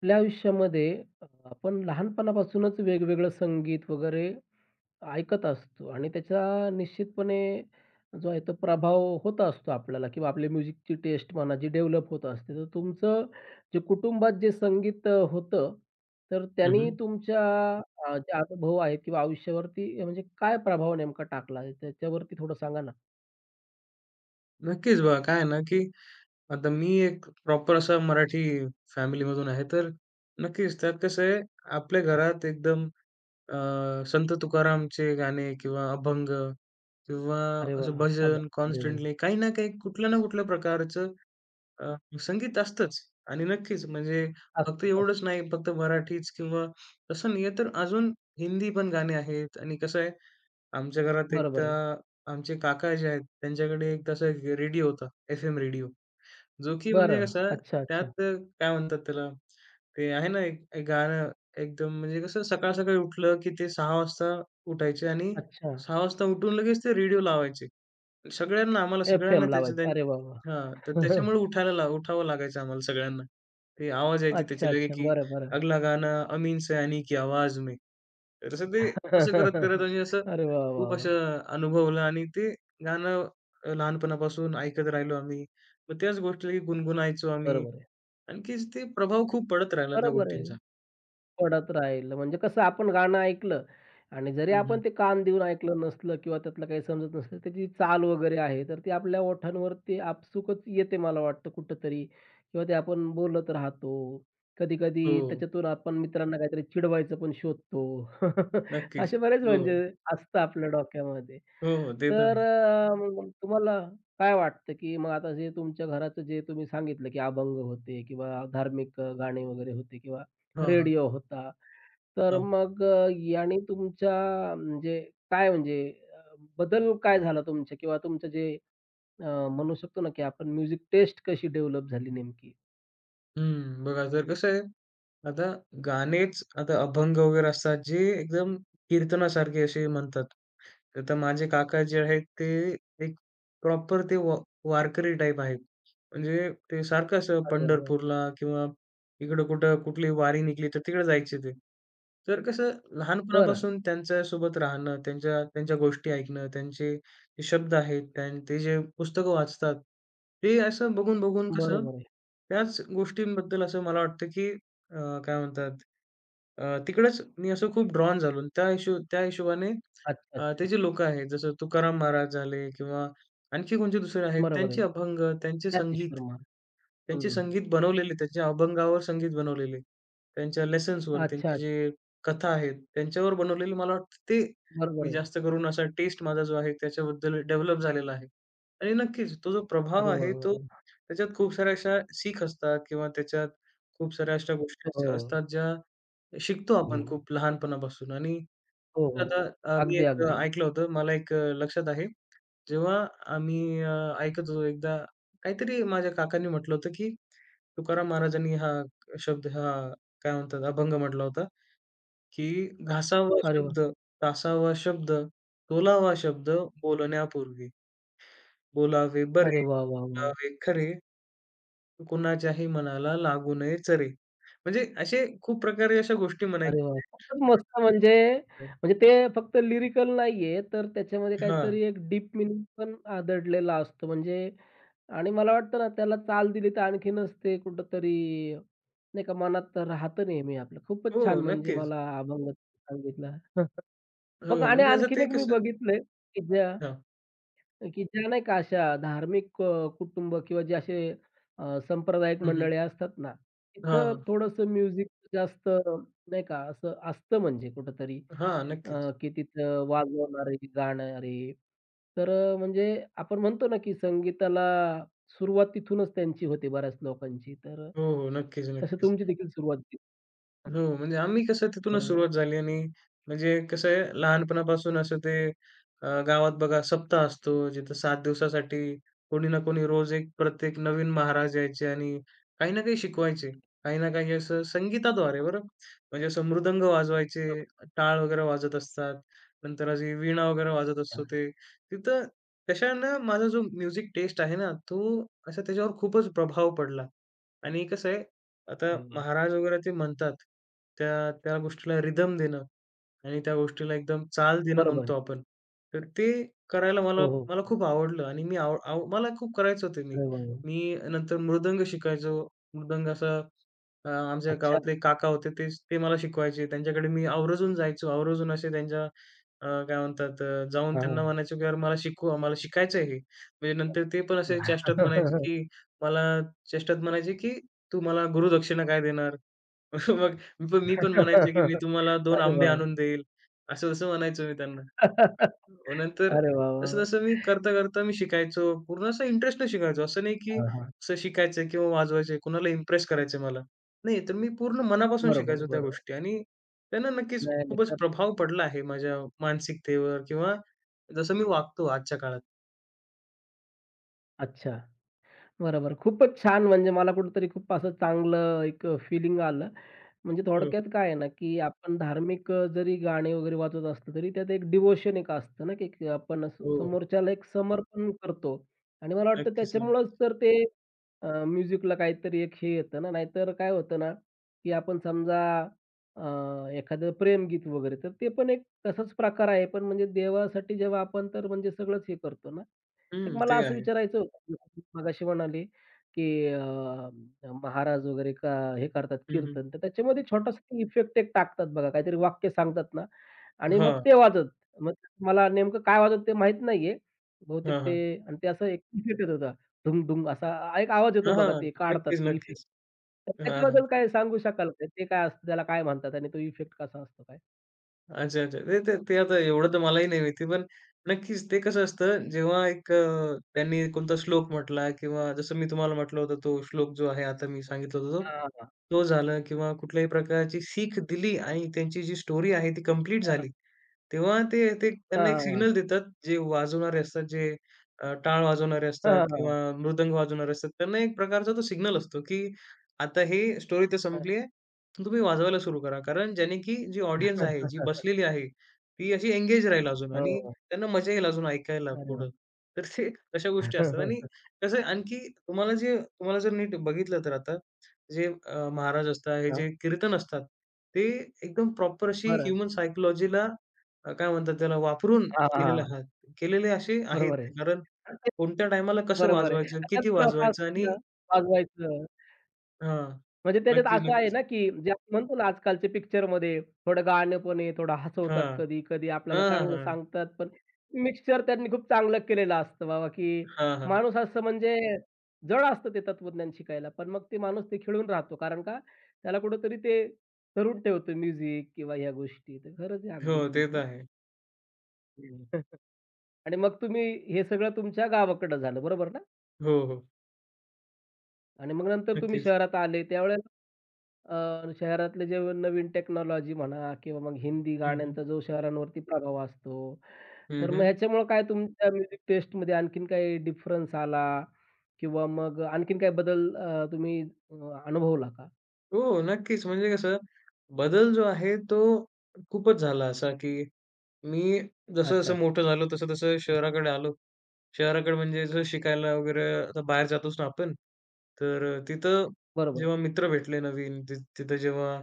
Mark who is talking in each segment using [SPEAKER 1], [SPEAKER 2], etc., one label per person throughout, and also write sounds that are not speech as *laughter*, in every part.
[SPEAKER 1] आपल्या आयुष्यामध्ये आपण लहानपणापासूनच वेगवेगळं संगीत वगैरे ऐकत असतो आणि त्याचा निश्चितपणे जो आहे तो प्रभाव होत असतो आपल्याला किंवा आपली म्युझिकची टेस्ट म्हणा जी डेव्हलप होत असते. तर तुमचं जे कुटुंबात जे संगीत होतं, तर
[SPEAKER 2] हं,
[SPEAKER 1] त्यांनी
[SPEAKER 2] हं.
[SPEAKER 1] तुमच्या जे अनुभव आहेत किंवा आयुष्यावरती म्हणजे काय प्रभाव नेमका टाकला आहे? त्याच्यावरती थोडं सांगा ना?
[SPEAKER 2] नक्कीच बघा काय आहे ना, की आता मी एक प्रॉपर असा मराठी फॅमिलीमधून आहे, तर नक्कीच त्यात कसं आहे, आपल्या घरात एकदम संत तुकारामचे गाणे किंवा अभंग किंवा
[SPEAKER 1] अरे वाह!
[SPEAKER 2] असं
[SPEAKER 1] क्या बात
[SPEAKER 2] भजन
[SPEAKER 1] है.
[SPEAKER 2] कॉन्स्टंटली काही ना काही कुठल्या ना कुठल्या प्रकारचं अ, संगीत असतंच. आणि नक्कीच म्हणजे
[SPEAKER 1] असतंच,
[SPEAKER 2] फक्त
[SPEAKER 1] असतं.
[SPEAKER 2] एवढंच
[SPEAKER 1] असतं.
[SPEAKER 2] नाही, फक्त मराठीच किंवा तसं नाही आहे, तर अजून हिंदी पण गाणे आहेत. आणि कसं आहे, आमच्या घरात
[SPEAKER 1] बरोबर
[SPEAKER 2] एकदा
[SPEAKER 1] आहे.
[SPEAKER 2] आमचे काका जे आहेत, त्यांच्याकडे एक तसा एक रेडिओ होता, एफ-एम रेडिओ. जो की म्हणजे
[SPEAKER 1] बरं.
[SPEAKER 2] कसा
[SPEAKER 1] अच्छा, अच्छा.
[SPEAKER 2] त्यात काय म्हणतात त्याला, ते आहे ना एक एक गाणं, एकदम म्हणजे कसं सकाळ-सकाळी उठलं की ते 6:00 वाजता उठायचे. आणि
[SPEAKER 1] अच्छा.
[SPEAKER 2] 6:00 वाजता उठून लगेच ते रेडिओ लावायचे. सगळ्यांना, आम्हाला सगळ्यांना
[SPEAKER 1] एफ-एम
[SPEAKER 2] त्याचे
[SPEAKER 1] लावायची. अरे वाह! वाह!
[SPEAKER 2] हां, तर त्याच्यामुळे
[SPEAKER 1] *laughs*
[SPEAKER 2] उठायला ला उठावं लागायचं आम्हाला सगळ्यांना. ते आवाज यायची
[SPEAKER 1] अच्छा,
[SPEAKER 2] त्याची लगे
[SPEAKER 1] अच्छा.
[SPEAKER 2] की
[SPEAKER 1] बरं, बरं.
[SPEAKER 2] अगला गाना अमीन सयानी की आवाज में. तर असं ते असं करत-करत
[SPEAKER 1] *laughs*
[SPEAKER 2] म्हणजे असं
[SPEAKER 1] अरे वाह! वाह!
[SPEAKER 2] खूप
[SPEAKER 1] वाह!
[SPEAKER 2] असं अनुभवलं. आणि ते गाणं लहानपणापासून ऐकत राहिलो आम्ही. मग त्याच गोष्टी गुणगुणायचो आम्ही.
[SPEAKER 1] बरोबर आहे.
[SPEAKER 2] आणखी ते प्रभाव खूप पडत राहिला त्या
[SPEAKER 1] बरोबर आहे.
[SPEAKER 2] गोष्टींचा.
[SPEAKER 1] पडत राहिलं म्हणजे कसं आपण गाणं ऐकलं आणि जरी
[SPEAKER 2] हं,
[SPEAKER 1] आपण
[SPEAKER 2] हं.
[SPEAKER 1] ते कान देऊन ऐकलं नसलं किंवा त्यातलं काही समजत नसलं, त्याची चाल वगैरे आहे, तर ती आपल्या ओठांवरती आपसूकच येते मला वाटतं कुठेतरी किंवा ते आपण बोलत राहतो. कधी-कधी
[SPEAKER 2] हो,
[SPEAKER 1] त्याच्यातून आपण मित्रांना काहीतरी चिडवायचं पण शोधतो. *laughs*
[SPEAKER 2] नक्कीच.
[SPEAKER 1] असे बरेच
[SPEAKER 2] हो, हो.
[SPEAKER 1] म्हणजे असतं आपल्या डोक्यामध्ये.
[SPEAKER 2] हो, हो. ते तर
[SPEAKER 1] तर
[SPEAKER 2] आहे.
[SPEAKER 1] मग तुम्हाला काय वाटतं, की मग आता जे तुमच्या घराचं जे तुम्ही सांगितलं, की अभंग होते किंवा धार्मिक गाणे वगैरे होते किंवा
[SPEAKER 2] हां, हां.
[SPEAKER 1] रेडिओ होता. तर
[SPEAKER 2] हां.
[SPEAKER 1] मग याने तुमच्या म्हणजे काय म्हणजे बदल काय झाला तुमच्या किंवा तुमचं जे अ, म्हणू शकतो ना, की आपण म्युझिक टेस्ट कशी डेव्हलप झाली नेमकी?
[SPEAKER 2] हं, बघा तर कसं आहे, आता गाणेच आता अभंग वगैरे असतात, जे एकदम कीर्तनासारखे असे म्हणतात. तर आता माझे काका जे आहेत, ते एक प्रॉपर ते वा वारकरी टाइप आहेत. म्हणजे ते सारखं असं
[SPEAKER 1] अरे वाह! वाह!
[SPEAKER 2] पंढरपूरला किंवा इकडं कुठं कुठली वारी निघली, तर तिकडे जायचे ते. तर कसं
[SPEAKER 1] बरं.
[SPEAKER 2] लहानपणापासून त्यांच्यासोबत राहणं, त्यांच्या त्यांच्या गोष्टी ऐकणं, त्यांचे हे शब्द आहेत आणि ते जे पुस्तकं वाचतात, ते असं बघून-बघून कसं
[SPEAKER 1] बरोबर आहे.
[SPEAKER 2] त्याच गोष्टींबद्दल असं मला वाटतं, की काय म्हणतात, तिकडंच मी असं खूप ड्रॉन झालो. आणि त्या हिशोबाने
[SPEAKER 1] अच्छा,
[SPEAKER 2] ते
[SPEAKER 1] अच्छा.
[SPEAKER 2] जे लोकं आहेत जसं तुकाराम महाराज झाले किंवा आणखी कोणते दुसरे आहेत
[SPEAKER 1] बरोबर आहे.
[SPEAKER 2] त्यांचे अभंग, त्यांचे
[SPEAKER 1] ज्ञानेश्वर
[SPEAKER 2] संगीत
[SPEAKER 1] महाराज.
[SPEAKER 2] त्यांचे
[SPEAKER 1] हं.
[SPEAKER 2] संगीत बनवलेले, त्यांच्या अभंगावर संगीत बनवलेले. त्यांच्या लेसन्सवर,
[SPEAKER 1] अच्छा,
[SPEAKER 2] त्यांचे
[SPEAKER 1] अच्छा.
[SPEAKER 2] जे कथा आहेत, त्यांच्यावर बनवलेले, मला वाटतं ते मी
[SPEAKER 1] बरोबर आहे.
[SPEAKER 2] जास्त करून असा टेस्ट माझा जो आहे त्याच्याबद्दल डेव्हलप झालेला आहे. आणि नक्कीच तो जो प्रभाव
[SPEAKER 1] अरे
[SPEAKER 2] आहे
[SPEAKER 1] वाह!
[SPEAKER 2] तो
[SPEAKER 1] वाह!
[SPEAKER 2] त्याच्यात खूप साऱ्या अशा सीख असतात किंवा त्याच्यात खूप साऱ्या अशा गोष्टी
[SPEAKER 1] वाह!
[SPEAKER 2] असतात ज्या शिकतो
[SPEAKER 1] हो,
[SPEAKER 2] आपण
[SPEAKER 1] हो.
[SPEAKER 2] खूप लहानपणापासून. आणि
[SPEAKER 1] हो, हो.
[SPEAKER 2] आता मी
[SPEAKER 1] अगदी,
[SPEAKER 2] एक
[SPEAKER 1] अगदी.
[SPEAKER 2] ऐकलं होतं, मला एक लक्षात आहे. जेव्हा आम्ही ऐकत होतो एकदा, काहीतरी माझ्या काकांनी म्हटलं होतं, की तुकाराम महाराजांनी हा शब्द हा काय म्हणतात अभंग म्हटला होता, की "घासावा
[SPEAKER 1] अरे वाह!
[SPEAKER 2] शब्द, तासावा शब्द, तोलावा शब्द बोलण्यापूर्वी. बोलावे बरे,
[SPEAKER 1] अरे वाह, वाह, वाह!
[SPEAKER 2] लावे खरे, कुणाच्याही मनाला लागू नये चरे." म्हणजे असे खूप प्रकारे अशा गोष्टी
[SPEAKER 1] अरे वाह!
[SPEAKER 2] म्हणायच्या.
[SPEAKER 1] खूपच *laughs* मस्त म्हणजे
[SPEAKER 2] *laughs*
[SPEAKER 1] म्हणजे ते फक्त लिरिकल नाहीये, तर त्याच्यामध्ये
[SPEAKER 2] हां.
[SPEAKER 1] काहीतरी एक डीप मीनिंग पण आदळलेला असतो. म्हणजे आणि मला वाटतं ना त्याला चाल दिली तर आणखीनच ते कुठेतरी नाही का मनात राहतं नेहमी आपलं.
[SPEAKER 2] हो,
[SPEAKER 1] खूपच छान म्हणजे
[SPEAKER 2] नक्कीच.
[SPEAKER 1] मला अभंग सांगितला. *laughs*
[SPEAKER 2] हो,
[SPEAKER 1] मग आणि
[SPEAKER 2] म्हणजे असं
[SPEAKER 1] आणखीन
[SPEAKER 2] ते
[SPEAKER 1] एक मी
[SPEAKER 2] कसं.
[SPEAKER 1] बघितलंय की ज्या
[SPEAKER 2] हां.
[SPEAKER 1] की ज्या नाही का अशा धार्मिक कुटुंब किंवा जे असे संप्रदायिक
[SPEAKER 2] हं, हं.
[SPEAKER 1] मंडळी असतात ना,
[SPEAKER 2] हां,
[SPEAKER 1] तिथं
[SPEAKER 2] हां.
[SPEAKER 1] थोडंसं म्युझिक जास्त नाही का असं असतं म्हणजे कुठेतरी
[SPEAKER 2] हां, नक्कीच.
[SPEAKER 1] की तिथं वाजवणारे, गाणारे. तर म्हणजे आपण म्हणतो ना, की संगीताला सुरुवात तिथूनच त्यांची होते बऱ्याच लोकांची. तर
[SPEAKER 2] हो, हो. नक्कीच,
[SPEAKER 1] तसं
[SPEAKER 2] नक्कीच.
[SPEAKER 1] तुमची देखील सुरुवात झाली.
[SPEAKER 2] हो, म्हणजे आम्ही कसं तिथूनच
[SPEAKER 1] बरोबर आहे.
[SPEAKER 2] सुरुवात झाली. आणि म्हणजे कसं आहे लहानपणापासून असं ते गावात बघा सप्ताह असतो जिथं 7 दिवसासाठी कोणी ना कोणी रोज एक प्रत्येक नवीन महाराज यायचे आणि काही ना काही शिकवायचे. काही ना काही असं संगीताद्वारे बरं. म्हणजे असं मृदंग वाजवायचे, टाळ वगैरे वाजत असतात. नंतर अशी वीणा वगैरे वाजत
[SPEAKER 1] अच्छा.
[SPEAKER 2] असतो ते. तिथं तशानं माझा जो म्युझिक टेस्ट आहे ना, तो असा त्याच्यावर खूपच प्रभाव पडला. आणि कसं आहे, आता
[SPEAKER 1] अरे वाह!
[SPEAKER 2] महाराज वगैरे ते म्हणतात, त्या त्या गोष्टीला रिदम देणं आणि त्या गोष्टीला एकदम चाल देणं
[SPEAKER 1] बरोबर आहे.
[SPEAKER 2] म्हणतो आपण. तर ते करायला मला
[SPEAKER 1] हो,
[SPEAKER 2] मला
[SPEAKER 1] हो.
[SPEAKER 2] खूप आवडलं. आणि मी आव आव मला खूप करायचं होतं मी.
[SPEAKER 1] अरे वाह! वाह!
[SPEAKER 2] मी नंतर मृदंग शिकायचो. मृदंग असा आमच्या
[SPEAKER 1] अच्छा.
[SPEAKER 2] गावातले काका होते तेच ते मला शिकवायचे. त्यांच्याकडे मी आवर्जून जायचो. आवर्जून असे त्यांच्या काय म्हणतात, जाऊन त्यांना
[SPEAKER 1] हां.
[SPEAKER 2] म्हणायचो की, "यार मला शिकवा, मला शिकायचं आहे हे." म्हणजे नंतर ते पण असे चेष्टात म्हणायचे
[SPEAKER 1] *laughs*
[SPEAKER 2] की, मला चेष्टात म्हणायचे की, "तू मला गुरुदक्षिणा काय देणार?" *laughs* मग मी पण म्हणायचो, की "मी तुम्हाला 2
[SPEAKER 1] अरे
[SPEAKER 2] आंबे
[SPEAKER 1] वाह!
[SPEAKER 2] आणून देईल." असं-तसं म्हणायचो मी त्यांना.
[SPEAKER 1] *laughs* अरे
[SPEAKER 2] मग नंतर
[SPEAKER 1] वाह, वाह!
[SPEAKER 2] तसं-तसं मी करता-करता मी शिकायचो. पूर्ण असं इंटरेस्टने शिकायचो. असं नाही, की
[SPEAKER 1] हां, हां.
[SPEAKER 2] असं शिकायचं किंवा वाजवायचं, कुणाला इम्प्रेस करायचं मला. नाही, तर मी पूर्ण मनापासून
[SPEAKER 1] बरोबर
[SPEAKER 2] शिकायचो
[SPEAKER 1] आहे,
[SPEAKER 2] त्या
[SPEAKER 1] बरोबर.
[SPEAKER 2] गोष्टी. आणि त्यांना नक्कीच
[SPEAKER 1] नाही, नाही.
[SPEAKER 2] खूपच
[SPEAKER 1] खरं
[SPEAKER 2] प्रभाव पडला आहे माझ्या मानसिकतेवर किंवा जसं मी वागतो आजच्या काळात.
[SPEAKER 1] अच्छा. बरोबर. खूपच छान म्हणजे मला कुठेतरी खूप असं चांगलं एक फीलिंग आलं. म्हणजे
[SPEAKER 2] हो,
[SPEAKER 1] थोडक्यात काय आहे ना, की आपण धार्मिक जरी गाणे वगैरे वाजवत असलो, तरी त्यात एक डिव्होशन एक असतं ना, की की आपण असं
[SPEAKER 2] हो.
[SPEAKER 1] समोरच्याला एक समर्पण करतो आणि मला वाटतं
[SPEAKER 2] नक्कीच,
[SPEAKER 1] त्याच्यामुळंच
[SPEAKER 2] नक्कीच.
[SPEAKER 1] तर ते म्युझिकला काहीतरी एक हे येतं ना, नाहीतर काय होतं ना, की आपण समजा एखादं प्रेमगीत वगैरे, तर ते पण एक तसाच प्रकार आहे. पण म्हणजे देवासाठी जेव्हा आपण तर म्हणजे सगळंच हे करतो ना,
[SPEAKER 2] हं,
[SPEAKER 1] एक मला
[SPEAKER 2] ते
[SPEAKER 1] असं
[SPEAKER 2] आहे.
[SPEAKER 1] विचारायचं होतं, तुम्ही मगाशी म्हणाले, की महाराज वगैरे का हे करतात
[SPEAKER 2] हं, हं.
[SPEAKER 1] कीर्तन, तर त्याच्यामध्ये छोटासा इफेक्ट एक टाकतात बघा, काहीतरी वाक्य सांगतात ना आणि मग
[SPEAKER 2] हां,
[SPEAKER 1] ते वाजत. मग मला नेमकं काय वाजत ते माहीत नाहीये. बहुतेक
[SPEAKER 2] हां,
[SPEAKER 1] ते
[SPEAKER 2] हां.
[SPEAKER 1] आणि ते असं एक इफेक्ट येत होता. ढुंग-ढुंग असा एक आवाज येतो
[SPEAKER 2] हां,
[SPEAKER 1] बघा,
[SPEAKER 2] हां.
[SPEAKER 1] ते काढतात
[SPEAKER 2] नक्कीच,
[SPEAKER 1] ते इफेक्ट.
[SPEAKER 2] नक्कीच.
[SPEAKER 1] तर
[SPEAKER 2] हां, हां.
[SPEAKER 1] त्याच्याबद्दल काय सांगू शकाल का? ते काय असतं, त्याला काय म्हणतात आणि तो इफेक्ट कसा असतो काय?
[SPEAKER 2] अच्छा, अच्छा. ते ते ते आता एवढं तर मलाही नाही माहिती. पण नक्कीच ते कसं असतं जेव्हा एक त्यांनी कोणता श्लोक म्हटला किंवा जसं मी तुम्हाला म्हटलं होतं तो श्लोक जो आहे आता मी सांगितलं होतं तो,
[SPEAKER 1] हां, हां.
[SPEAKER 2] तो झालं किंवा कुठल्याही प्रकारची सीख दिली आणि त्यांची जी स्टोरी आहे ती कंप्लीट झाली. तेव्हा ते ते त्यांना
[SPEAKER 1] हां,
[SPEAKER 2] एक
[SPEAKER 1] हां, हां.
[SPEAKER 2] सिग्नल देतात, जे वाजवणारे असतात, जे टाळ वाजवणारे
[SPEAKER 1] हां,
[SPEAKER 2] असतात
[SPEAKER 1] हां,
[SPEAKER 2] किंवा
[SPEAKER 1] हां.
[SPEAKER 2] मृदंग वाजवणारे असतात. त्यांना एक प्रकारचा तो सिग्नल असतो, की आता ही स्टोरी तर
[SPEAKER 1] हां.
[SPEAKER 2] संपली आहे. तुम्ही वाजवायला सुरू करा. कारण ज्याने की जी ऑडियन्स आहे, जी बसलेली आहे, ती अशी एंगेज राहील अजून. आणि
[SPEAKER 1] हो.
[SPEAKER 2] त्यांना मजा येईल अजून ऐकायला पुढं.
[SPEAKER 1] अरे
[SPEAKER 2] तर ते तशा गोष्टी असतात.
[SPEAKER 1] वाह!
[SPEAKER 2] आणि
[SPEAKER 1] *laughs*
[SPEAKER 2] कसं आहे, आणखी तुम्हाला जर नीट बघितलं तर आता जे महाराज असतात, हे जे कीर्तन असतात, ते एकदम प्रॉपर अशी
[SPEAKER 1] बरं.
[SPEAKER 2] ह्युमन सायकॉलॉजीला काय म्हणतात त्याला वापरून
[SPEAKER 1] हां, हां,
[SPEAKER 2] केलेले
[SPEAKER 1] हां.
[SPEAKER 2] आहात. केलेले असे आहेत.
[SPEAKER 1] बरोबर आहे.
[SPEAKER 2] ते. कारण कोणत्या टायमाला कसं
[SPEAKER 1] बरोबर आहे.
[SPEAKER 2] वाजवायचं,
[SPEAKER 1] त्यात
[SPEAKER 2] किती
[SPEAKER 1] पण असं
[SPEAKER 2] वाजवायचं
[SPEAKER 1] असतं
[SPEAKER 2] आणि.
[SPEAKER 1] ना, वाजवायचं.
[SPEAKER 2] हां.
[SPEAKER 1] म्हणजे त्याच्यात
[SPEAKER 2] नक्कीच,
[SPEAKER 1] असं आहे
[SPEAKER 2] नक्कीच.
[SPEAKER 1] ना, की जे आपण म्हणतो ना, आजकालचे पिक्चरमध्ये थोडं गाणं पण आहे, थोडं हसवतात
[SPEAKER 2] हां.
[SPEAKER 1] कधी, कधी
[SPEAKER 2] हां,
[SPEAKER 1] आपल्याला
[SPEAKER 2] हां,
[SPEAKER 1] चांगलं
[SPEAKER 2] हां.
[SPEAKER 1] सांगतात, पण मिक्सचर त्यांनी खूप चांगलं केलेलं असतं बाबा, की
[SPEAKER 2] हां, हां.
[SPEAKER 1] माणूस असं म्हणजे जड असतं ते तत्त्वज्ञान शिकायला, पण मग ते माणूस ते खिळून राहतो. कारण का, त्याला कुठेतरी ते धरून ठेवतो म्युझिक किंवा ह्या गोष्टी. तर खरंच आहे
[SPEAKER 2] हो,
[SPEAKER 1] अगदी
[SPEAKER 2] ते तर
[SPEAKER 1] तुमचं.
[SPEAKER 2] आहे.
[SPEAKER 1] हं. आणि मग तुम्ही हे सगळं तुमच्या गावाकडं झालं, बरोबर ना?
[SPEAKER 2] हो, हो.
[SPEAKER 1] आणि मग नंतर तुम्ही
[SPEAKER 2] नक्कीच.
[SPEAKER 1] शहरात आले त्यावेळेला शहरातले जे नवीन टेक्नॉलॉजी म्हणा किंवा मग हिंदी
[SPEAKER 2] हं, हं.
[SPEAKER 1] गाण्यांचा जो शहरांवरती प्रभाव असतो,
[SPEAKER 2] हं,
[SPEAKER 1] तर मग
[SPEAKER 2] हं.
[SPEAKER 1] ह्याच्यामुळं काय तुमच्या म्युझिक टेस्टमध्ये आणखीन काही डिफरन्स आला किंवा मग आणखीन काही बदल तुम्ही अ, अनुभवला का?
[SPEAKER 2] हो, नक्कीच. म्हणजे कसं बदल जो आहे तो खूपच झाला असा, की मी
[SPEAKER 1] अच्छा,
[SPEAKER 2] जसं-जसं
[SPEAKER 1] अच्छा.
[SPEAKER 2] मोठं झालो, तसं-तसं शहराकडे आलो. शहराकडे म्हणजे जसं शिकायला वगैरे आता बाहेर जातोच ना आपण, तर तिथं
[SPEAKER 1] बरोबर.
[SPEAKER 2] जेव्हा मित्र भेटले नवीन, तिथं जेव्हा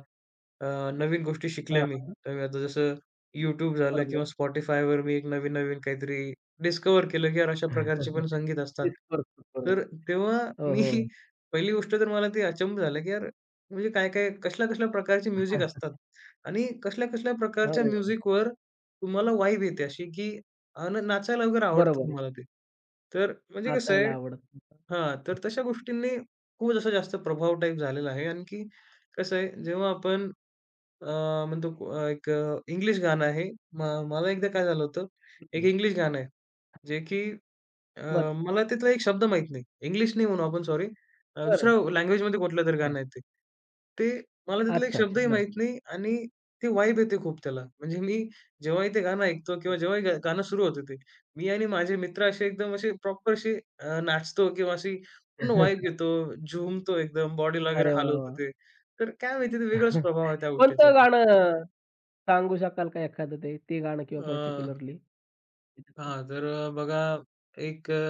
[SPEAKER 2] अ, नवीन गोष्टी शिकल्या
[SPEAKER 1] हां,
[SPEAKER 2] मी.
[SPEAKER 1] हां.
[SPEAKER 2] तर मी आता जसं YouTube झालं
[SPEAKER 1] बरोबर.
[SPEAKER 2] किंवा Spotifyवर मी एक नवीन-नवीन काहीतरी डिस्कव्हर केलं, की यार अशा प्रकारचे पण
[SPEAKER 1] *laughs*
[SPEAKER 2] संगीत असतात.
[SPEAKER 1] डिस्कोर्स
[SPEAKER 2] तर
[SPEAKER 1] होतोय.
[SPEAKER 2] तेव्हा
[SPEAKER 1] हो,
[SPEAKER 2] मी
[SPEAKER 1] हो.
[SPEAKER 2] *laughs* पहिली गोष्ट तर मला ते अचंब झालं, की यार म्हणजे काय-काय, कसल्या-कसल्या प्रकारचे म्युझिक असतात आणि कसल्या-कसल्या प्रकारच्या
[SPEAKER 1] अरे वाह!
[SPEAKER 2] म्युझिकवर तुम्हाला वाइब येते अशी, की नाचायला वगैरे आवडतं
[SPEAKER 1] बरोबर आहे.
[SPEAKER 2] तुम्हाला ते. तर म्हणजे कसं आहे,
[SPEAKER 1] नाचायला आवडत नव्हतं.
[SPEAKER 2] हां, तर तशा गोष्टींनी खूप असा जास्त प्रभाव टाइप झालेला आहे. आणखी कसं आहे, जेव्हा आपण अ, म्हणतो, एक इंग्लिश गाणं आहे. म मला एकदा काय झालं होतं, एक इंग्लिश गाणं आहे, जे की अ,
[SPEAKER 1] बरं,
[SPEAKER 2] मला तिथला एक शब्द माहीत नाही. इंग्लिश नाही म्हणू आपण सॉरी.
[SPEAKER 1] बरं.
[SPEAKER 2] दुसऱ्या लँग्वेजमध्ये कुठलं तरी
[SPEAKER 1] हां.
[SPEAKER 2] गाणं आहे ते. ते मला तिथला एक
[SPEAKER 1] अच्छा, अच्छा.
[SPEAKER 2] शब्दही
[SPEAKER 1] बरं.
[SPEAKER 2] माहीत नाही. आणि ती वाइब येते खूप त्याला. म्हणजे मी जेव्हाही ते गाणं ऐकतो किंवा जेव्हाही गाणं सुरू होतं ते, मी आणि माझे मित्र असे एकदम असे प्रॉपर असे नाचतो किंवा अशी पूर्ण वाइब
[SPEAKER 1] *laughs*
[SPEAKER 2] घेतो, झुमतो एकदम, बॉडीला वगैरे
[SPEAKER 1] अरे वाह,
[SPEAKER 2] हलवतो
[SPEAKER 1] वाह!
[SPEAKER 2] ते. तर काय माहिती, ते वेगळाच प्रभाव आहे
[SPEAKER 1] *laughs*
[SPEAKER 2] त्या गोष्टीचा.
[SPEAKER 1] कोणतं गाणं सांगू शकाल का एखादं ते, ते गाणं किंवा
[SPEAKER 2] अ,
[SPEAKER 1] पर्टिक्युलरली?
[SPEAKER 2] हां, तर बघा एक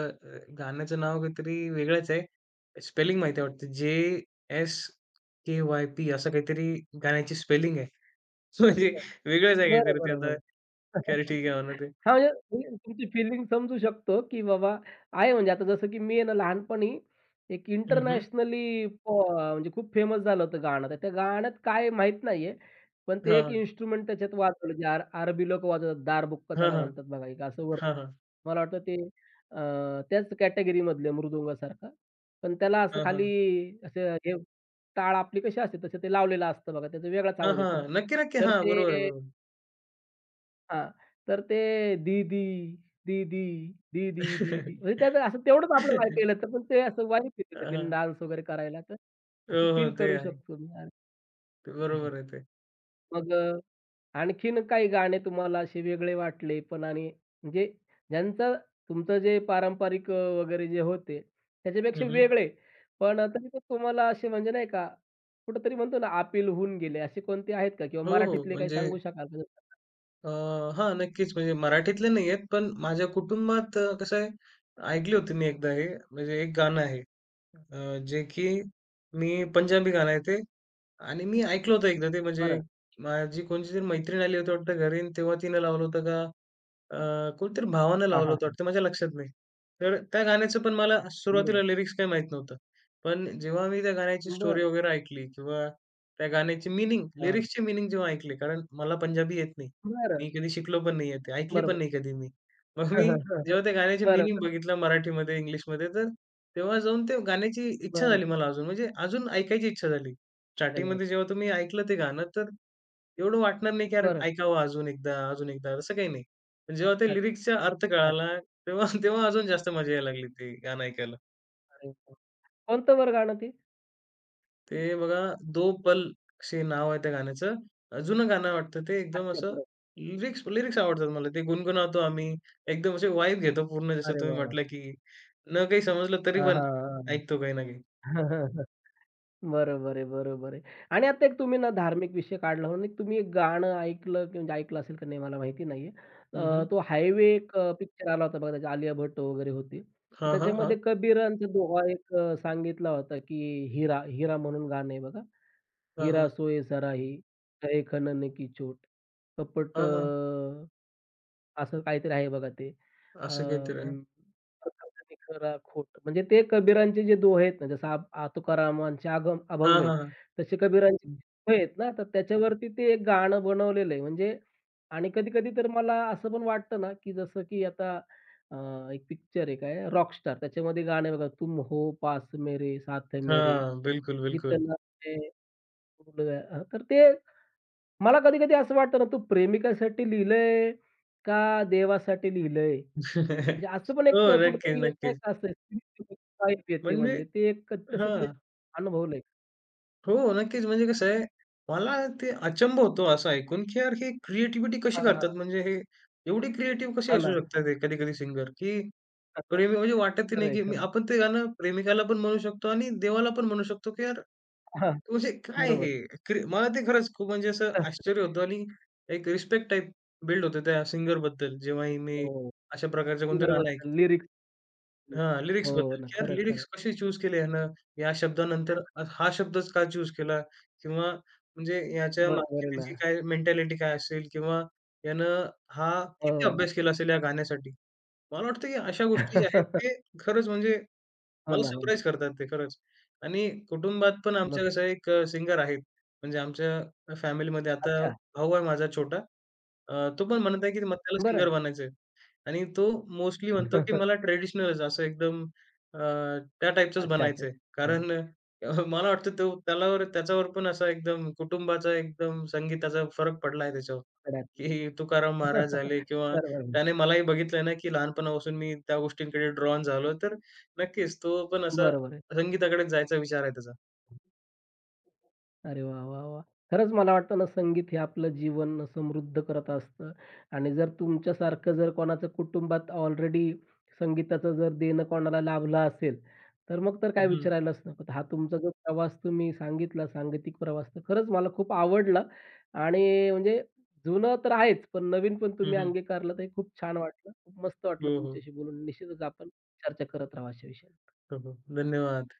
[SPEAKER 2] गाण्याचं नाव काहीतरी वेगळंच आहे. स्पेलिंग माहिती आहे वाटतं. जे-एस-के-वाय-पी असं काहीतरी गाण्याची स्पेलिंग आहे. *laughs* म्हणजे
[SPEAKER 1] अच्छा.
[SPEAKER 2] वेगळंच आहे काहीतरी ते
[SPEAKER 1] बरं,
[SPEAKER 2] आता.
[SPEAKER 1] बरं,
[SPEAKER 2] खैर ठीक आहे म्हणा
[SPEAKER 1] *laughs*
[SPEAKER 2] ते.
[SPEAKER 1] हां, म्हणजे मी तुमची फीलिंग समजू शकतो, की बाबा आहे म्हणजे आता जसं की मी आहे ना लहानपणी एक
[SPEAKER 2] हं, हं.
[SPEAKER 1] इंटरनॅशनली प म्हणजे खूप फेमस झालं होतं गाणं. तर त्या गाण्यात काय माहीत नाहीये, पण ते
[SPEAKER 2] हां,
[SPEAKER 1] एक
[SPEAKER 2] हां.
[SPEAKER 1] इन्स्ट्रुमेंट त्याच्यात वाजवलं, जे अरबी लोकं वाजवतात, दारबुक्का
[SPEAKER 2] हां,
[SPEAKER 1] त्याला
[SPEAKER 2] हां.
[SPEAKER 1] म्हणतात बघा एक असं
[SPEAKER 2] हां,
[SPEAKER 1] वरती.
[SPEAKER 2] हां.
[SPEAKER 1] मला वाटतं ते त्याच कॅटेगरीमधले मृदुंगासारखा. पण त्याला असं
[SPEAKER 2] हां, हां.
[SPEAKER 1] खाली असं हे टाळ आपली कशी असते, तसं ते लावलेलं असतं बघा, त्याचा वेगळाच आवाज येतो.
[SPEAKER 2] नक्की, नक्की.
[SPEAKER 1] तर
[SPEAKER 2] हां, बरोबर आहे,
[SPEAKER 1] ते
[SPEAKER 2] बरोबर.
[SPEAKER 1] हां. तर ते दीदी, दीदी, दीदी, दीदी म्हणजे
[SPEAKER 2] *laughs*
[SPEAKER 1] त्याचं असं तेवढंच आपल्याला ऐकायला येतं, पण ते असं वाईब येते
[SPEAKER 2] हां,
[SPEAKER 1] त्यांनी
[SPEAKER 2] हां.
[SPEAKER 1] डान्स वगैरे करायला तर
[SPEAKER 2] हो,
[SPEAKER 1] असं
[SPEAKER 2] हो.
[SPEAKER 1] फील
[SPEAKER 2] ते
[SPEAKER 1] करू
[SPEAKER 2] आहे.
[SPEAKER 1] शकतो मी. आणि-
[SPEAKER 2] ते बरोबर आहे ते.
[SPEAKER 1] मग आणखीन काही गाणे तुम्हाला असे वेगळे वाटले पण आणि म्हणजे ज्यांचं तुमचं जे पारंपरिक वगैरे जे होते त्याच्यापेक्षा
[SPEAKER 2] हं,
[SPEAKER 1] वेगळे, पण तरी पण तुम्हाला असे म्हणजे नाही का कुठेतरी म्हणतो ना अपील होऊन गेले असे कोणते आहेत का? किंवा
[SPEAKER 2] हो, हो.
[SPEAKER 1] मराठीतले काही
[SPEAKER 2] म्हणजे
[SPEAKER 1] सांगू शकाल का?
[SPEAKER 2] अ, हां, नक्कीच. म्हणजे मराठीतले नाही आहेत, पण माझ्या कुटुंबात कसं आहे, ऐकली होती मी एकदा हे, म्हणजे एक गाणं आहे जे की मी पंजाबी गाणं आहे ते आणि मी ऐकलं होतं एकदा ते म्हणजे
[SPEAKER 1] बरं.
[SPEAKER 2] माझी कोणतीतरी मैत्रीण आली होती वाटतं घरी आणि तेव्हा तिनं लावलं होतं का कोणीतरी भावानं
[SPEAKER 1] हां,
[SPEAKER 2] लावलं
[SPEAKER 1] हां,
[SPEAKER 2] होतं
[SPEAKER 1] हां.
[SPEAKER 2] वाटतं, माझ्या लक्षात नाही. तर त्या गाण्याचं पण मला
[SPEAKER 1] बरोबर.
[SPEAKER 2] सुरुवातीला लिरिक्स काही माहीत नव्हतं. पण जेव्हा मी त्या गाण्याची
[SPEAKER 1] बरं.
[SPEAKER 2] स्टोरी वगैरे ऐकली किंवा त्या गाण्याची मीनिंग,
[SPEAKER 1] हां.
[SPEAKER 2] लिरिक्सची मीनिंग जेव्हा ऐकली, कारण मला पंजाबी येत नाही.
[SPEAKER 1] बरं.
[SPEAKER 2] मी कधी शिकलो पण नाहीये ते, ऐकली पण
[SPEAKER 1] बरोबर.
[SPEAKER 2] नाही कधी मी. मग मी जेव्हा
[SPEAKER 1] *laughs*
[SPEAKER 2] त्या गाण्याची मीनिंग
[SPEAKER 1] बरोबर.
[SPEAKER 2] बघितलं मराठीमध्ये, इंग्लिशमध्ये, तर तेव्हा जाऊन त्या गाण्याची इच्छा
[SPEAKER 1] बरं.
[SPEAKER 2] झाली मला अजून, म्हणजे अजून ऐकायची इच्छा झाली.
[SPEAKER 1] अरे वाह!
[SPEAKER 2] स्टार्टिंगमध्ये जेव्हा तुम्ही ऐकलं ते गाणं तर एवढं वाटणार नाही की यार
[SPEAKER 1] बरं.
[SPEAKER 2] ऐकावं अजून एकदा, अजून एकदा असं काही नाही. पण जेव्हा ते
[SPEAKER 1] अच्छा,
[SPEAKER 2] लिरिक्सचा अर्थ
[SPEAKER 1] अच्छा,
[SPEAKER 2] कळाला, तेव्हा *laughs* तेव्हा अजून जास्त मजा यायला लागली ते गाणं ऐकायला.
[SPEAKER 1] अरे वाह! कोणतं बरं गाणं ते?
[SPEAKER 2] ते बघा दो पल असे नाव आहे त्या गाण्याचं. जुनं गाणं वाटतं ते एकदम
[SPEAKER 1] अच्छा
[SPEAKER 2] असं.
[SPEAKER 1] बरं.
[SPEAKER 2] लिरिक्स लिरिक्स आवडतात मला. ते गुणगुणावतो आम्ही. एकदम असे वाइब घेतो पूर्ण जसं
[SPEAKER 1] अरे
[SPEAKER 2] तुम्ही
[SPEAKER 1] वाह! वाह!
[SPEAKER 2] म्हटलं की न काही समजलं तरी
[SPEAKER 1] हां,
[SPEAKER 2] पण
[SPEAKER 1] हां,
[SPEAKER 2] ऐकतो काही ना काही.
[SPEAKER 1] हां. *laughs* बरोबर आहे, बरोबर आहे. आणि आता एक तुम्ही ना धार्मिक विषय काढला म्हणून एक तुम्ही एक गाणं ऐकलं की म्हणजे ऐकलं असेल का नाही मला माहिती नाहीये.
[SPEAKER 2] हं, हं.
[SPEAKER 1] तो हायवे एक पिक्चर आला होता बघा त्याच्यात आलिया भट्ट वगैरे होती. तर
[SPEAKER 2] हां, हां, हां.
[SPEAKER 1] त्याच्यामध्ये कबीरांचा दोहा एक सांगितला होता की हिरा हिरा म्हणून गाणं आहे बघा.
[SPEAKER 2] हां, हां.
[SPEAKER 1] हिरा सोये सराही, तहे खणने की चोट. कपट
[SPEAKER 2] हां, हां.
[SPEAKER 1] अ, असं काहीतरी आहे बघा ते. अ,
[SPEAKER 2] असं काहीतरी आहे.
[SPEAKER 1] खरा खोट. म्हणजे ते कबीरांचे जे दोहे आहेत ना, जसं आप- आ तुकारामांचे आगम
[SPEAKER 2] हां,
[SPEAKER 1] अभंग आहेत,
[SPEAKER 2] हां, हां.
[SPEAKER 1] तसे कबीरांचे दोहे आहेत ना, तर त्याच्यावरती ते एक गाणं बनवलेलं आहे. म्हणजे आणि कधी-कधी तर मला असं पण वाटतं ना, की जसं की आता अ, एक पिक्चर आहे काय रॉकस्टार त्याच्यामध्ये गाणं बघा, तुम हो पास मेरे साथ मेरे
[SPEAKER 2] हां, बिलकुल, बिलकुल.
[SPEAKER 1] जितना हां, तर ते मला कधी-कधी असं वाटतं ना, तू प्रेमिकासाठी लिहिलंय का देवासाठी लिहिलंय? म्हणजे
[SPEAKER 2] *laughs*
[SPEAKER 1] असं पण
[SPEAKER 2] हो,
[SPEAKER 1] एक
[SPEAKER 2] नक्कीच,
[SPEAKER 1] कुठेतरी येत नाही
[SPEAKER 2] नक्कीच.
[SPEAKER 1] का असं वाईब येते
[SPEAKER 2] म्हणजे
[SPEAKER 1] म्हणजे ते एक तसं काही
[SPEAKER 2] हां.
[SPEAKER 1] अनुभवलंय का?
[SPEAKER 2] हो, नक्कीच. म्हणजे कसं आहे, मला ते अचंब होतो असं ऐकून, की यार हे क्रिएटिव्हिटी कशी
[SPEAKER 1] हां,
[SPEAKER 2] करतात?
[SPEAKER 1] हां.
[SPEAKER 2] म्हणजे हे एवढी क्रिएटिव्ह कशी
[SPEAKER 1] हां
[SPEAKER 2] असू
[SPEAKER 1] ना.
[SPEAKER 2] शकतात हे कधी-कधी सिंगर, की प्रेमी म्हणजे वाटतही
[SPEAKER 1] खरं
[SPEAKER 2] नाही,
[SPEAKER 1] आहे,
[SPEAKER 2] की मी
[SPEAKER 1] खरं आहे.
[SPEAKER 2] आपण ते गाणं प्रेमिकाला पण म्हणू शकतो आणि देवाला पण म्हणू शकतो, की यार
[SPEAKER 1] हां,
[SPEAKER 2] म्हणजे काय हे?
[SPEAKER 1] बरोबर
[SPEAKER 2] मला ते खरंच खूप म्हणजे असं
[SPEAKER 1] आहे.
[SPEAKER 2] आश्चर्य होतं. आणि एक रिस्पेक्ट टाइप बिल्ड होते त्या सिंगरबद्दल, जेव्हाही मी
[SPEAKER 1] हो.
[SPEAKER 2] अशा प्रकारचं कोणतं
[SPEAKER 1] सुंदर
[SPEAKER 2] गाणं
[SPEAKER 1] बद्दल
[SPEAKER 2] ऐकतो.
[SPEAKER 1] लिरिक्स.
[SPEAKER 2] हां,
[SPEAKER 1] हो
[SPEAKER 2] लिरिक्सबद्दल,
[SPEAKER 1] ना.
[SPEAKER 2] की यार
[SPEAKER 1] खरं,
[SPEAKER 2] लिरिक्स
[SPEAKER 1] खरं
[SPEAKER 2] कसे चूज केले ह्यानं? या शब्दानंतर हा शब्दच का चूज केला? किंवा म्हणजे याच्या
[SPEAKER 1] बरोबर
[SPEAKER 2] मागची
[SPEAKER 1] आहे ना.
[SPEAKER 2] त्याची काय मेंटॅलिटी काय असेल? किंवा यानं हा किती
[SPEAKER 1] हो.
[SPEAKER 2] अभ्यास केला असेल या गाण्यासाठी? मला वाटतं की अशा गोष्टी ज्या आहेत
[SPEAKER 1] *laughs*
[SPEAKER 2] ते खरंच म्हणजे
[SPEAKER 1] हो
[SPEAKER 2] मला
[SPEAKER 1] ना, हो
[SPEAKER 2] सरप्राईज
[SPEAKER 1] ना.
[SPEAKER 2] करतात ते खरंच. आणि कुटुंबात पण आमच्या
[SPEAKER 1] मस्त.
[SPEAKER 2] कसं आहे एक सिंगर आहेत. म्हणजे आमच्या फॅमिलीमध्ये आता
[SPEAKER 1] अच्छा.
[SPEAKER 2] भाऊ आहे माझा छोटा. तो पण म्हणत आहे की मग त्याला सिंगर
[SPEAKER 1] बरं.
[SPEAKER 2] बनायचंय. आणि तो मोस्टली म्हणतो, की मला
[SPEAKER 1] *laughs*
[SPEAKER 2] ट्रेडिशनलच असं एकदम अ, त्या टाईपचंच
[SPEAKER 1] अच्छा, अच्छा.
[SPEAKER 2] बनायचंय.
[SPEAKER 1] अच्छा.
[SPEAKER 2] कारण मला वाटतं तो त्याच्यावर पण असा एकदम कुटुंबाचा एकदम संगीताचा फरक पडला आहे त्याच्यावर,
[SPEAKER 1] बरोबर.
[SPEAKER 2] की तुकाराम महाराज झाले
[SPEAKER 1] *laughs*
[SPEAKER 2] किंवा
[SPEAKER 1] बरोबर.
[SPEAKER 2] त्याने मलाही बघितलंय ना, की लहानपणापासून मी त्या गोष्टींकडे ड्रॉन झालो. तर नक्कीच तो पण असा
[SPEAKER 1] बरोबर.
[SPEAKER 2] संगीताकडेच जायचा विचार आहे त्याचा.
[SPEAKER 1] अरे वाह, वाह, वाह! खरंच मला वाटतं ना, संगीत हे आपलं जीवन समृद्ध करत असतं आणि जर तुमच्यासारखं जर कोणाचं कुटुंबात ऑलरेडी संगीताचं जर देणं कोणाला लाभलं असेल, तर मग तर
[SPEAKER 2] हं,
[SPEAKER 1] काय
[SPEAKER 2] हं.
[SPEAKER 1] विचारायलाच नको. तर हा तुमचा जो प्रवास तुम्ही सांगितला, सांगीतिक प्रवास, तर खरंच मला खूप आवडला आणि म्हणजे जुनं तर आहेच, पण नवीन पण तुम्ही
[SPEAKER 2] हं,
[SPEAKER 1] अंगीकारलं, तर हे खूप छान वाटलं. खूप मस्त वाटलं
[SPEAKER 2] हो, हो.
[SPEAKER 1] तुमच्याशी बोलून. निश्चितच आपण चर्चा करत राहू अशा विषयावर.
[SPEAKER 2] हो, हो. धन्यवाद.